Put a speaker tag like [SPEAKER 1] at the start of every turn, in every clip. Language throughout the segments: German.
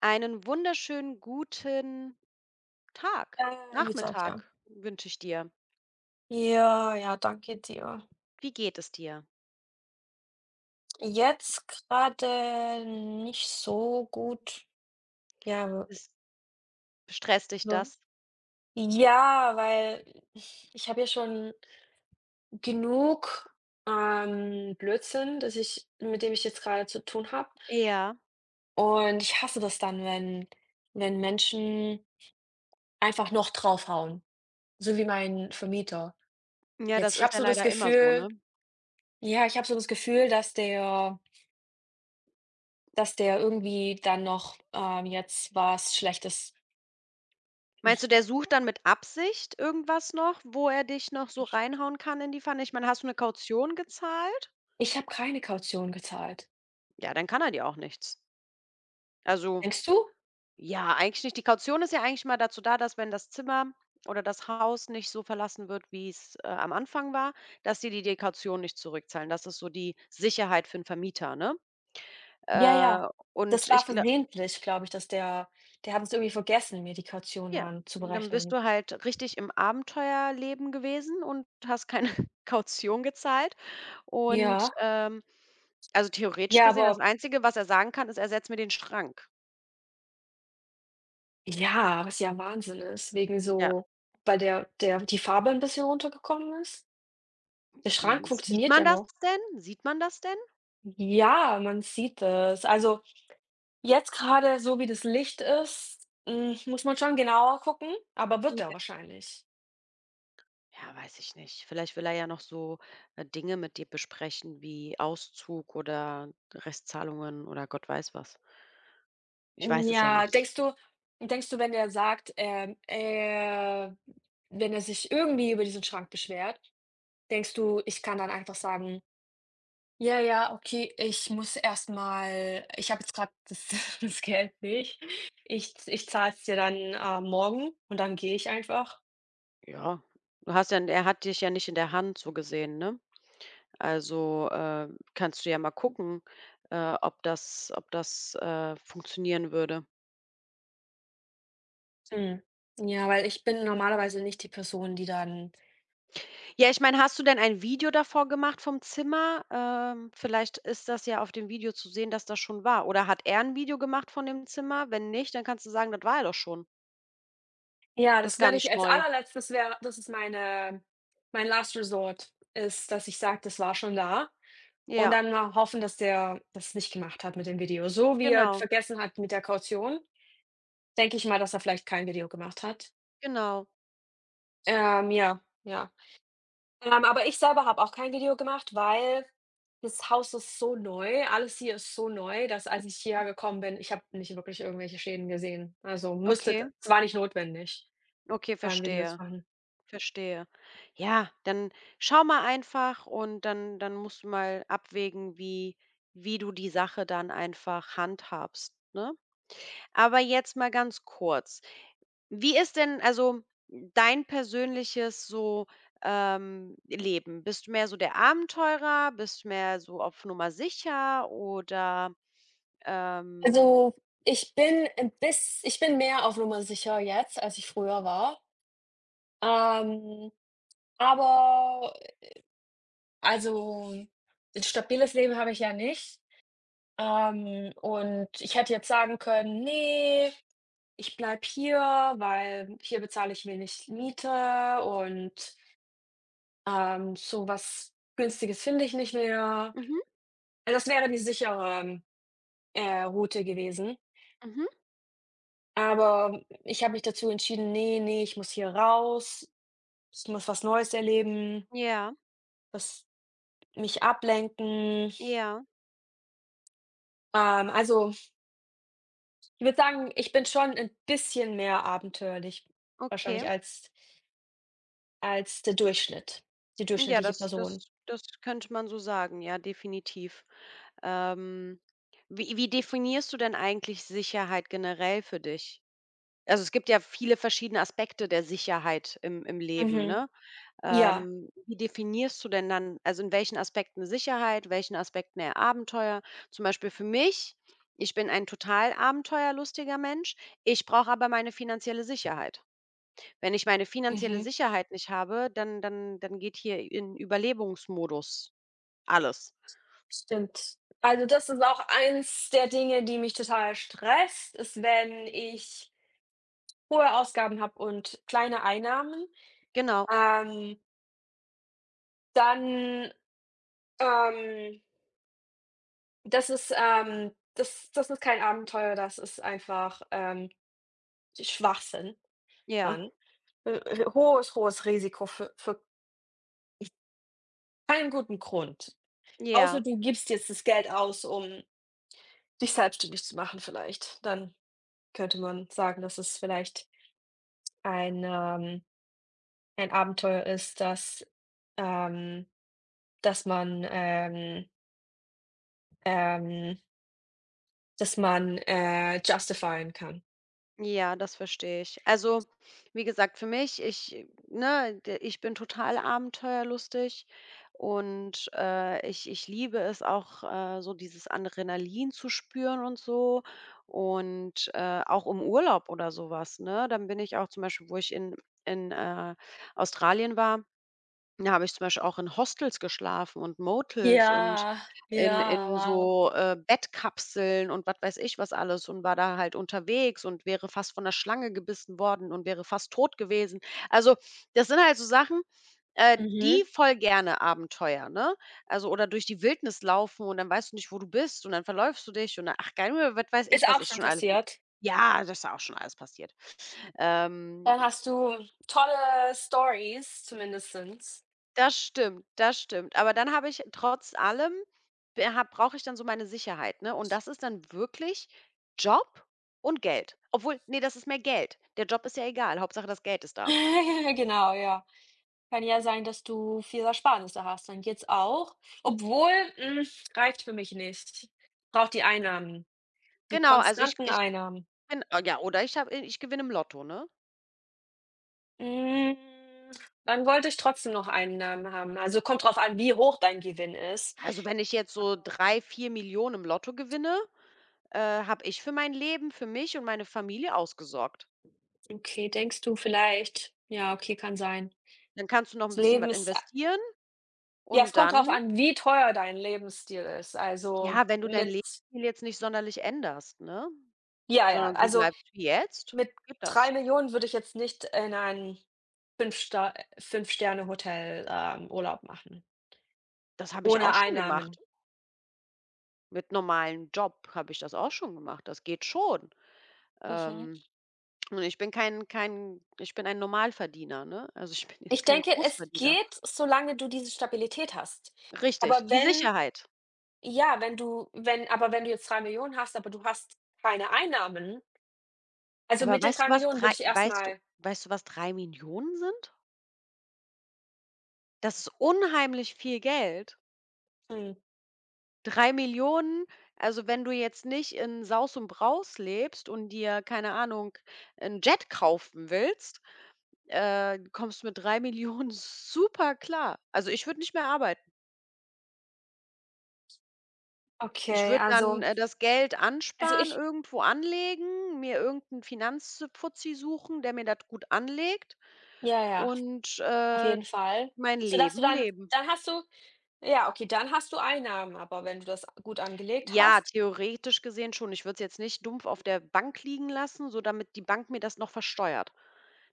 [SPEAKER 1] Einen wunderschönen guten Tag,
[SPEAKER 2] Ja, ja, wie gesagt, ja.
[SPEAKER 1] Nachmittag wünsche ich dir.
[SPEAKER 2] Ja, ja, danke dir.
[SPEAKER 1] Wie geht es dir?
[SPEAKER 2] Jetzt gerade nicht so gut. Ja,
[SPEAKER 1] Ist stresst dich
[SPEAKER 2] so.
[SPEAKER 1] das?
[SPEAKER 2] Ja, weil ich habe ja schon genug, Blödsinn, dass ich mit dem ich jetzt gerade zu tun habe.
[SPEAKER 1] Ja.
[SPEAKER 2] Und ich hasse das dann, wenn Menschen einfach noch draufhauen, so wie mein Vermieter.
[SPEAKER 1] Ja, das
[SPEAKER 2] Jetzt ich
[SPEAKER 1] ist
[SPEAKER 2] habe
[SPEAKER 1] ja
[SPEAKER 2] so das
[SPEAKER 1] leider immer so,
[SPEAKER 2] Gefühl
[SPEAKER 1] ne?
[SPEAKER 2] ja, ich habe so das Gefühl, dass der irgendwie dann noch, jetzt was Schlechtes.
[SPEAKER 1] Meinst du, der sucht dann mit Absicht irgendwas noch, wo er dich noch so reinhauen kann in die Pfanne? Ich meine, hast du eine Kaution gezahlt?
[SPEAKER 2] Ich habe keine Kaution gezahlt.
[SPEAKER 1] Ja, dann kann er dir auch nichts. Also.
[SPEAKER 2] Denkst du?
[SPEAKER 1] Ja, eigentlich nicht. Die Kaution ist ja eigentlich mal dazu da, dass wenn das Zimmer oder das Haus nicht so verlassen wird, wie's, am Anfang war, dass die Kaution nicht zurückzahlen. Das ist so die Sicherheit für 'n Vermieter, ne?
[SPEAKER 2] Ja, ja.
[SPEAKER 1] Äh, und
[SPEAKER 2] Das war
[SPEAKER 1] ich gla
[SPEAKER 2] versehentlich, glaube ich, dass der hat es irgendwie vergessen, mir die Kaution
[SPEAKER 1] Ja,
[SPEAKER 2] dann zu
[SPEAKER 1] dann bist
[SPEAKER 2] berechnen.
[SPEAKER 1] du halt richtig im Abenteuerleben gewesen und hast keine Kaution gezahlt und,
[SPEAKER 2] Ja.
[SPEAKER 1] also, theoretisch
[SPEAKER 2] Ja,
[SPEAKER 1] gesehen, das
[SPEAKER 2] aber
[SPEAKER 1] Einzige, was er sagen kann, ist: „Ersetz mir den Schrank.“
[SPEAKER 2] ja, was ja Wahnsinn ist, wegen
[SPEAKER 1] Ja.
[SPEAKER 2] so weil der die Farbe ein bisschen runtergekommen ist. Der Schrank
[SPEAKER 1] Mhm. Sieht
[SPEAKER 2] funktioniert
[SPEAKER 1] man
[SPEAKER 2] ja
[SPEAKER 1] das
[SPEAKER 2] noch.
[SPEAKER 1] denn? Sieht man das denn?
[SPEAKER 2] Ja, man sieht es. Also, jetzt gerade so, wie das Licht ist, hm, muss man schon genauer gucken, aber wird er wahrscheinlich.
[SPEAKER 1] Ja, weiß ich nicht. Vielleicht will er ja noch so, Dinge mit dir besprechen wie Auszug oder Restzahlungen oder Gott weiß was. Ich
[SPEAKER 2] Hm,
[SPEAKER 1] weiß es ja
[SPEAKER 2] ja,
[SPEAKER 1] nicht.
[SPEAKER 2] denkst du, wenn er sagt, wenn er sich irgendwie über diesen Schrank beschwert, denkst du, ich kann dann einfach sagen: „Ja, ja, okay, ich muss erstmal, ich habe jetzt gerade das das Geld nicht. Ich zahle es dir dann, morgen“ und dann gehe ich einfach?
[SPEAKER 1] Ja, du hast ja er hat dich ja nicht in der Hand so gesehen, ne? Also, kannst du ja mal gucken, ob das ob das funktionieren würde.
[SPEAKER 2] Hm. Ja, weil ich bin normalerweise nicht die Person, die dann
[SPEAKER 1] Ja, ich meine, hast du denn ein Video davor gemacht vom Zimmer? Vielleicht ist das ja auf dem Video zu sehen, dass das schon war. Oder hat er ein Video gemacht von dem Zimmer? Wenn nicht, dann kannst du sagen: „Das war er doch schon.“
[SPEAKER 2] ja,
[SPEAKER 1] Das ist
[SPEAKER 2] das
[SPEAKER 1] gar
[SPEAKER 2] werde ich
[SPEAKER 1] nicht
[SPEAKER 2] als
[SPEAKER 1] neu.
[SPEAKER 2] Allerletztes wäre das ist meine mein Last Resort ist, dass ich sage: „Das war schon da.“ Und
[SPEAKER 1] Ja,
[SPEAKER 2] dann mal hoffen, dass der das nicht gemacht hat mit dem Video. So wie er
[SPEAKER 1] genau,
[SPEAKER 2] vergessen hat mit der Kaution, denke ich mal, dass er vielleicht kein Video gemacht hat.
[SPEAKER 1] genau.
[SPEAKER 2] Ja, ja. Aber ich selber habe auch kein Video gemacht, weil das Haus ist so neu, alles hier ist so neu, dass als ich hierher gekommen bin, ich habe nicht wirklich irgendwelche Schäden gesehen. Also, müsste
[SPEAKER 1] Okay,
[SPEAKER 2] d es war nicht notwendig,
[SPEAKER 1] okay,
[SPEAKER 2] da 'n Video zu
[SPEAKER 1] verstehe,
[SPEAKER 2] machen.
[SPEAKER 1] verstehe. Ja, dann schau mal einfach und dann musst du mal abwägen, wie wie du die Sache dann einfach handhabst, ne? Aber jetzt mal ganz kurz. Wie ist denn also dein persönliches so, Leben? Bist du mehr so der Abenteurer? Bist du mehr so auf Nummer sicher oder, ähm
[SPEAKER 2] Also, ich bin 'n biss ich bin mehr auf Nummer sicher jetzt, als ich früher war. Ähm, aber Also, ein stabiles Leben habe ich ja nicht. Und ich hätte jetzt sagen können: „Ne, ich bleibe hier, weil hier bezahle ich wenig Miete und, so was Günstiges finde ich nicht mehr.“
[SPEAKER 1] mhm,
[SPEAKER 2] Also, das wäre die sichere, Route gewesen.
[SPEAKER 1] mhm.
[SPEAKER 2] Aber ich habe mich dazu entschieden: „Ne, ne, ich muss hier raus. Ich muss was Neues erleben,
[SPEAKER 1] Ja,
[SPEAKER 2] was mich ablenken.“
[SPEAKER 1] ja.
[SPEAKER 2] Also Ich würde sagen, ich bin schon ein bisschen mehr abenteuerlich
[SPEAKER 1] Okay.
[SPEAKER 2] wahrscheinlich als als der Durchschnitt die
[SPEAKER 1] Ja,
[SPEAKER 2] durchschnittliche
[SPEAKER 1] das
[SPEAKER 2] Person.
[SPEAKER 1] das könnte man so sagen, ja, definitiv. Ähm, wie wie definierst du denn eigentlich Sicherheit generell für dich? Also, es gibt ja viele verschiedene Aspekte der Sicherheit im im Leben,
[SPEAKER 2] Mhm.
[SPEAKER 1] ne?
[SPEAKER 2] Ja,
[SPEAKER 1] Wie definierst du denn dann also, in welchen Aspekten Sicherheit, welchen Aspekten eher Abenteuer? Zum Beispiel für mich, ich bin ein total abenteuerlustiger Mensch, ich brauche aber meine finanzielle Sicherheit. Wenn ich meine finanzielle
[SPEAKER 2] mhm,
[SPEAKER 1] Sicherheit nicht habe, dann geht hier in Überlebungsmodus alles.
[SPEAKER 2] stimmt. Also, das ist auch eins der Dinge, die mich total stresst, ist, wenn ich hohe Ausgaben habe und kleine Einnahmen.
[SPEAKER 1] Genau,
[SPEAKER 2] Ähm, dann, ähm das ist, das das ist kein Abenteuer, das ist einfach, Schwachsinn
[SPEAKER 1] ja,
[SPEAKER 2] dann. Hohes, hohes Risiko für keinen guten Grund. Außer
[SPEAKER 1] ja,
[SPEAKER 2] du gibst jetzt das Geld aus, um dich selbstständig zu machen vielleicht. Dann könnte man sagen, dass es vielleicht ein, ähm ein Abenteuer ist, dass ähm dass man, ähm ähm dass man, justifieren kann.
[SPEAKER 1] ja, das verstehe ich. Also, wie gesagt, für mich, ich ne, d ich bin total abenteuerlustig und, ich liebe es auch, so dieses Adrenalin zu spüren und so und, auch im Urlaub oder sowas, ne? Dann bin ich auch zum Beispiel, wo ich in Australien war. Ja, habe ich zum Beispiel auch in Hostels geschlafen und Motels und
[SPEAKER 2] Ja,
[SPEAKER 1] in
[SPEAKER 2] ja,
[SPEAKER 1] in
[SPEAKER 2] wow.
[SPEAKER 1] so, Bettkapseln und was weiß ich was alles und war da halt unterwegs und wäre fast von der Schlange gebissen worden und wäre fast tot gewesen. Also, das sind halt so Sachen, die
[SPEAKER 2] Mhm.
[SPEAKER 1] voll gerne Abenteuer, ne? Also oder durch die Wildnis laufen und dann weißt du nicht, wo du bist und dann verläufst du dich und dann ach, geil, was weiß ich,
[SPEAKER 2] Ist
[SPEAKER 1] was
[SPEAKER 2] auch
[SPEAKER 1] ich
[SPEAKER 2] schon
[SPEAKER 1] schon alles ge
[SPEAKER 2] passiert.
[SPEAKER 1] ja, das ist ja auch schon alles passiert. Ähm
[SPEAKER 2] Dann hast du tolle Stories zumindestens.
[SPEAKER 1] Das stimmt, das stimmt. Aber dann habe ich trotz allem be habe brauche ich dann so meine Sicherheit, ne? Und das ist dann wirklich Job und Geld. Obwohl, nee, das ist mehr Geld. Der Job ist ja egal, Hauptsache das Geld ist da.
[SPEAKER 2] Genau, ja. Kann ja sein, dass du viel Ersparnisse hast. Dann geht's auch. Obwohl, hm, reicht für mich nicht. Braucht die Einnahmen, die
[SPEAKER 1] Genau, also ich
[SPEAKER 2] konstanten
[SPEAKER 1] ich
[SPEAKER 2] Einnahmen.
[SPEAKER 1] bin ah, ja, oder ich gewinne im Lotto, ne?
[SPEAKER 2] Hm, dann wollte ich trotzdem noch Einnahmen haben. Also, kommt drauf an, wie hoch dein Gewinn ist.
[SPEAKER 1] Also, wenn ich jetzt so drei, vier Millionen im Lotto gewinne, habe ich für mein Leben, für mich und meine Familie ausgesorgt.
[SPEAKER 2] Okay, denkst du vielleicht ja, okay, kann sein.
[SPEAKER 1] Dann kannst du noch ein
[SPEAKER 2] Das
[SPEAKER 1] bisschen
[SPEAKER 2] Leben
[SPEAKER 1] was
[SPEAKER 2] ist
[SPEAKER 1] investieren
[SPEAKER 2] ja, es
[SPEAKER 1] und
[SPEAKER 2] kommt drauf
[SPEAKER 1] dann,
[SPEAKER 2] an, wie teuer dein Lebensstil ist. Also,
[SPEAKER 1] ja, wenn du dein
[SPEAKER 2] mit
[SPEAKER 1] Leben jetzt nicht sonderlich änderst, ne?
[SPEAKER 2] ja, ja,
[SPEAKER 1] Sondern du
[SPEAKER 2] also
[SPEAKER 1] bleibst wie jetzt?
[SPEAKER 2] Mit
[SPEAKER 1] Geht das?
[SPEAKER 2] 3.000.000 würde ich jetzt nicht in ein fünf Sta Fünf-Sterne-Hotel, Urlaub machen,
[SPEAKER 1] Das habe ich
[SPEAKER 2] ohne
[SPEAKER 1] auch schon gemacht.
[SPEAKER 2] Einnahmen.
[SPEAKER 1] Mit normalem Job habe ich das auch schon gemacht. Das geht schon.
[SPEAKER 2] Mhm.
[SPEAKER 1] Ähm, und ich bin kein ich bin ein Normalverdiener, ne? Also, ich bin jetzt
[SPEAKER 2] Ich
[SPEAKER 1] kein
[SPEAKER 2] denke, es
[SPEAKER 1] Großverdiener.
[SPEAKER 2] geht, solange du diese Stabilität hast.
[SPEAKER 1] Richtig,
[SPEAKER 2] Aber
[SPEAKER 1] die
[SPEAKER 2] wenn
[SPEAKER 1] Sicherheit.
[SPEAKER 2] ja, wenn du jetzt 3.000.000 hast, aber du hast keine Einnahmen
[SPEAKER 1] Ja,
[SPEAKER 2] also, mit
[SPEAKER 1] aber
[SPEAKER 2] den
[SPEAKER 1] weißt du,
[SPEAKER 2] drei
[SPEAKER 1] was
[SPEAKER 2] Millionen
[SPEAKER 1] 3?
[SPEAKER 2] würde ich
[SPEAKER 1] Weißt du,
[SPEAKER 2] erstmal.
[SPEAKER 1] weißt du, was 3.000.000 sind? Das ist unheimlich viel Geld.
[SPEAKER 2] Hm,
[SPEAKER 1] 3.000.000, also, wenn du jetzt nicht in Saus und Braus lebst und dir, keine Ahnung, einen Jet kaufen willst. Kommst mit 3.000.000 super klar. Also, ich würde nicht mehr arbeiten. Ich
[SPEAKER 2] okay,
[SPEAKER 1] würde dann, das Geld
[SPEAKER 2] also,
[SPEAKER 1] ansparen,
[SPEAKER 2] ich
[SPEAKER 1] irgendwo anlegen, mir irgendeinen Finanzfuzzi suchen, der mir das gut anlegt
[SPEAKER 2] ja, ja,
[SPEAKER 1] und,
[SPEAKER 2] auf jeden Fall.
[SPEAKER 1] mein
[SPEAKER 2] So dass du
[SPEAKER 1] Leben
[SPEAKER 2] dann
[SPEAKER 1] leben.
[SPEAKER 2] dann hast du ja, okay, dann hast du Einnahmen, aber wenn du das gut angelegt
[SPEAKER 1] Ja,
[SPEAKER 2] hast.
[SPEAKER 1] theoretisch gesehen schon. Ich würde es jetzt nicht dumpf auf der Bank liegen lassen, so damit die Bank mir das noch versteuert.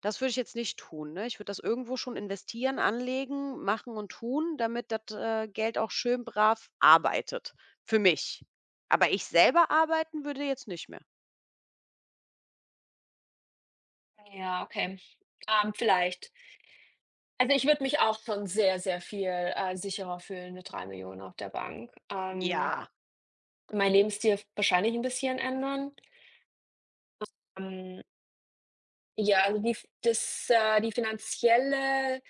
[SPEAKER 1] Das würde ich jetzt nicht tun, ne? Ich würde das irgendwo schon investieren, anlegen, machen und tun, damit das, Geld auch schön brav arbeitet für mich. Aber ich selber arbeiten würde jetzt nicht mehr.
[SPEAKER 2] Ja, okay. Vielleicht. Also, ich würde mich auch schon sehr, sehr viel, sicherer fühlen mit 3.000.000 auf der Bank.
[SPEAKER 1] Ja.
[SPEAKER 2] Meinen Lebensstil wahrscheinlich ein bisschen ändern. Ähm, ja, also, die das die finanzielle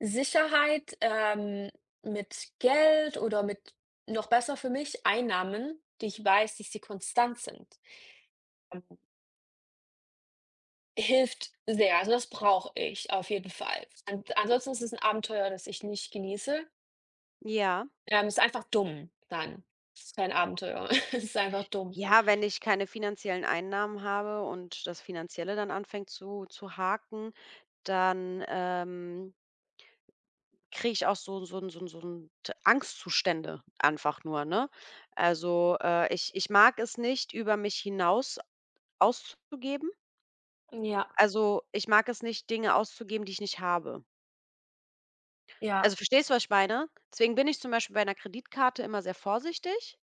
[SPEAKER 2] Sicherheit, mit Geld oder mit noch besser für mich Einnahmen, die ich weiß, dass sie konstant sind, ähm, hilft sehr. Also, das brauche ich auf jeden Fall. An ansonsten ist es ein Abenteuer, das ich nicht genieße.
[SPEAKER 1] Ja.
[SPEAKER 2] Ist einfach dumm dann. Ist kein Abenteuer. Es ist einfach dumm.
[SPEAKER 1] Ja, wenn ich keine finanziellen Einnahmen habe und das Finanzielle dann anfängt zu haken, dann, ähm Kriege ich auch so so 'n so 'n so 'n T Angstzustände einfach nur, ne? Also, ich mag es nicht, über mich hinaus auszugeben.
[SPEAKER 2] Ja,
[SPEAKER 1] Also, ich mag es nicht, Dinge auszugeben, die ich nicht habe. Also,
[SPEAKER 2] ja,
[SPEAKER 1] verstehst du, was ich meine? Deswegen bin ich zum Beispiel bei einer Kreditkarte immer sehr vorsichtig,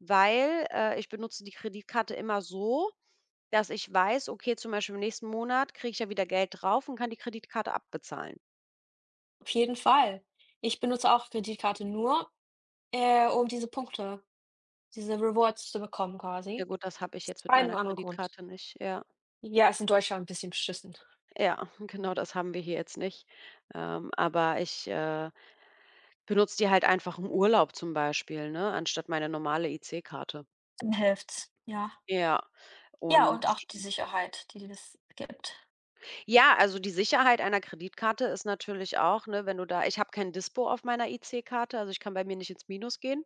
[SPEAKER 1] weil, ich benutze die Kreditkarte immer so, dass ich weiß, okay, zum Beispiel im nächsten Monat kriege ich ja wieder Geld drauf und kann die Kreditkarte abbezahlen.
[SPEAKER 2] auf jeden Fall. Ich benutze auch Kreditkarte nur, um diese Punkte, diese Rewards zu bekommen
[SPEAKER 1] Ja
[SPEAKER 2] quasi.
[SPEAKER 1] gut, das habe ich
[SPEAKER 2] Aus
[SPEAKER 1] jetzt mit
[SPEAKER 2] einem
[SPEAKER 1] meiner
[SPEAKER 2] anderen Grund.
[SPEAKER 1] Kreditkarte nicht, ja.
[SPEAKER 2] Ja, ist in Deutschland ein bisschen beschissen.
[SPEAKER 1] Ja, genau das haben wir hier jetzt nicht. Aber ich, benutze die halt einfach im Urlaub zum Beispiel, ne, anstatt meine normale IC-Karte.
[SPEAKER 2] Dann hilft's, ja.
[SPEAKER 1] Ja,
[SPEAKER 2] Ja,
[SPEAKER 1] und
[SPEAKER 2] und auch die Sicherheit, die das gibt.
[SPEAKER 1] ja, also die Sicherheit einer Kreditkarte ist natürlich auch, ne, wenn du da ich habe kein Dispo auf meiner IC-Karte, also ich kann bei mir nicht ins Minus gehen.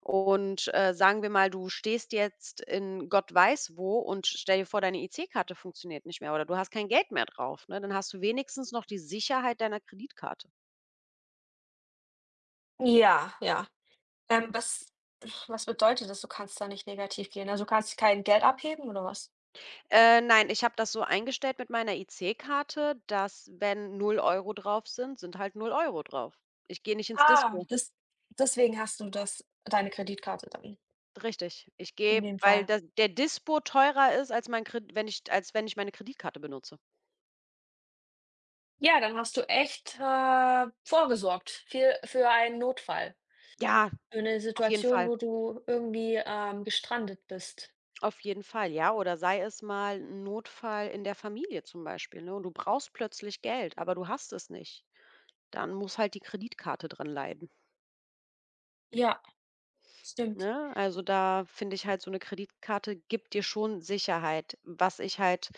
[SPEAKER 1] Und, sagen wir mal, du stehst jetzt in Gott weiß wo und stell dir vor, deine IC-Karte funktioniert nicht mehr oder du hast kein Geld mehr drauf, ne? Dann hast du wenigstens noch die Sicherheit deiner Kreditkarte.
[SPEAKER 2] Ja, ja. Was was bedeutet das, du kannst da nicht negativ gehen? Also, du kannst kein Geld abheben oder was?
[SPEAKER 1] Nein, ich habe das so eingestellt mit meiner IC-Karte, dass wenn null Euro drauf sind, sind halt null Euro drauf. Ich gehe nicht ins
[SPEAKER 2] Ah,
[SPEAKER 1] Dispo.
[SPEAKER 2] das deswegen hast du das deine Kreditkarte dann?
[SPEAKER 1] Richtig. Ich
[SPEAKER 2] In
[SPEAKER 1] gehe
[SPEAKER 2] dem
[SPEAKER 1] weil
[SPEAKER 2] Fall.
[SPEAKER 1] da der Dispo teurer ist als mein Kredit, wenn ich meine Kreditkarte benutze.
[SPEAKER 2] Ja, dann hast du echt, vorgesorgt für einen Notfall,
[SPEAKER 1] Ja,
[SPEAKER 2] für eine
[SPEAKER 1] auf jeden
[SPEAKER 2] Situation,
[SPEAKER 1] Fall.
[SPEAKER 2] wo du irgendwie, gestrandet bist.
[SPEAKER 1] Auf jeden Fall, ja. Oder sei es mal 'n Notfall in der Familie zum Beispiel, ne, und du brauchst plötzlich Geld, aber du hast es nicht. Dann muss halt die Kreditkarte dran leiden,
[SPEAKER 2] Ja, stimmt.
[SPEAKER 1] ne? Also, da finde ich halt, so eine Kreditkarte gibt dir schon Sicherheit, was ich halt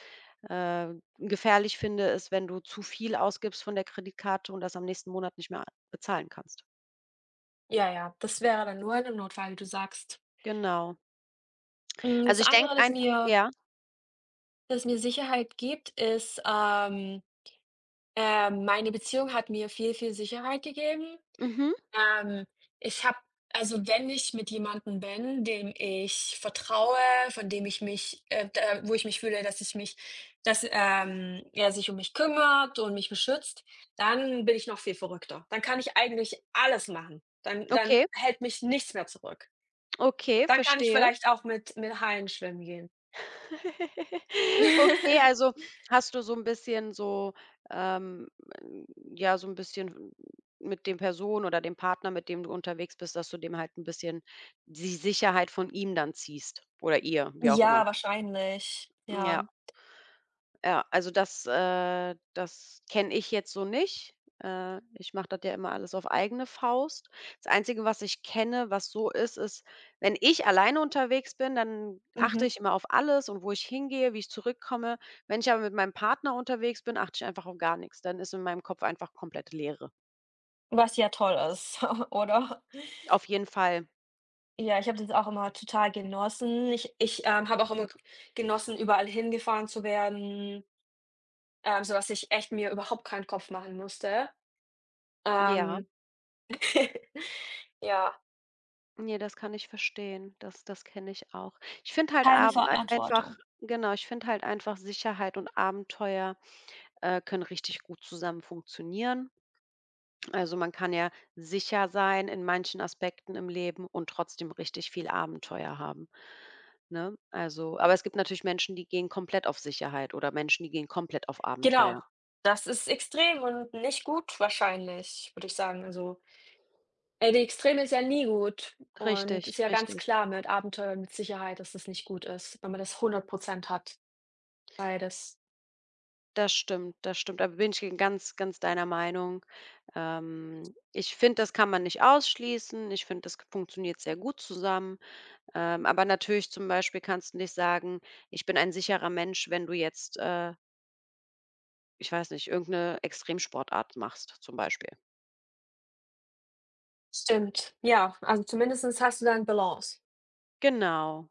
[SPEAKER 1] Gefährlich finde, ist, wenn du zu viel ausgibst von der Kreditkarte und das am nächsten Monat nicht mehr bezahlen kannst.
[SPEAKER 2] Ja, ja, das wäre dann nur ein Notfall, wie du sagst.
[SPEAKER 1] Genau.
[SPEAKER 2] Hm,
[SPEAKER 1] Also,
[SPEAKER 2] das
[SPEAKER 1] ich denke
[SPEAKER 2] andere, das
[SPEAKER 1] einfach
[SPEAKER 2] mir
[SPEAKER 1] ja,
[SPEAKER 2] das mir Sicherheit gibt, ist, meine Beziehung hat mir viel, viel Sicherheit gegeben.
[SPEAKER 1] mhm,
[SPEAKER 2] Ähm, ich habe also wenn ich mit jemandem bin, dem ich vertraue, von dem ich mich da wo ich mich fühle, dass ich mich dass, er sich um mich kümmert und mich beschützt, dann bin ich noch viel verrückter. Dann kann ich eigentlich alles machen. Dann
[SPEAKER 1] okay,
[SPEAKER 2] hält mich nichts mehr zurück.
[SPEAKER 1] okay,
[SPEAKER 2] Dann kann ich
[SPEAKER 1] verstehe.
[SPEAKER 2] vielleicht auch mit Haien schwimmen gehen.
[SPEAKER 1] Okay, also, hast du so ein bisschen so, ähm, ja, so ein bisschen mit dem Person oder dem Partner, mit dem du unterwegs bist, dass du dem halt ein bisschen die Sicherheit von ihm dann ziehst oder ihr, wie auch immer.
[SPEAKER 2] Ja, wahrscheinlich.
[SPEAKER 1] Ja.
[SPEAKER 2] Ja.
[SPEAKER 1] Ja, also das kenne ich jetzt so nicht. Ich mache das ja immer alles auf eigene Faust. Das Einzige, was ich kenne, was so ist, wenn ich alleine unterwegs bin, dann achte
[SPEAKER 2] Mhm.
[SPEAKER 1] ich immer auf alles und wo ich hingehe, wie ich zurückkomme. Wenn ich aber mit meinem Partner unterwegs bin, achte ich einfach auf gar nichts. Dann ist in meinem Kopf einfach komplett Leere.
[SPEAKER 2] Was ja toll ist, oder?
[SPEAKER 1] Auf jeden Fall.
[SPEAKER 2] Ja, ich habe das auch immer total genossen. Habe auch immer g genossen, überall hingefahren zu werden, sodass ich echt mir überhaupt keinen Kopf machen musste.
[SPEAKER 1] Ja,
[SPEAKER 2] Ähm, ja.
[SPEAKER 1] ne, das kann ich verstehen. Das kenne ich auch. Ich finde halt
[SPEAKER 2] Keine
[SPEAKER 1] ab einfach
[SPEAKER 2] Verantwortung.
[SPEAKER 1] genau, ich finde halt einfach Sicherheit und Abenteuer können richtig gut zusammen funktionieren. Also man kann ja sicher sein in manchen Aspekten im Leben und trotzdem richtig viel Abenteuer haben. Ne? Also, aber es gibt natürlich Menschen, die gehen komplett auf Sicherheit oder Menschen, die gehen komplett auf
[SPEAKER 2] Genau.
[SPEAKER 1] Abenteuer.
[SPEAKER 2] Das ist extrem und nicht gut wahrscheinlich, würde ich sagen. Also, die Extreme ist ja nie gut und ist
[SPEAKER 1] Richtig,
[SPEAKER 2] ja ganz
[SPEAKER 1] richtig.
[SPEAKER 2] klar mit Abenteuern, mit Sicherheit, dass das nicht gut ist, wenn man das 100 hat, beides.
[SPEAKER 1] Das stimmt, das stimmt. Da bin ich ganz, ganz deiner Meinung. Ich finde, das kann man nicht ausschließen. Ich finde, das funktioniert sehr gut zusammen. Aber natürlich zum Beispiel kannst du nicht sagen, ich bin ein sicherer Mensch, wenn du jetzt ich weiß nicht, irgendeine Extremsportart machst zum Beispiel.
[SPEAKER 2] Stimmt. Ja, also zumindestens hast du dann Balance.
[SPEAKER 1] Genau,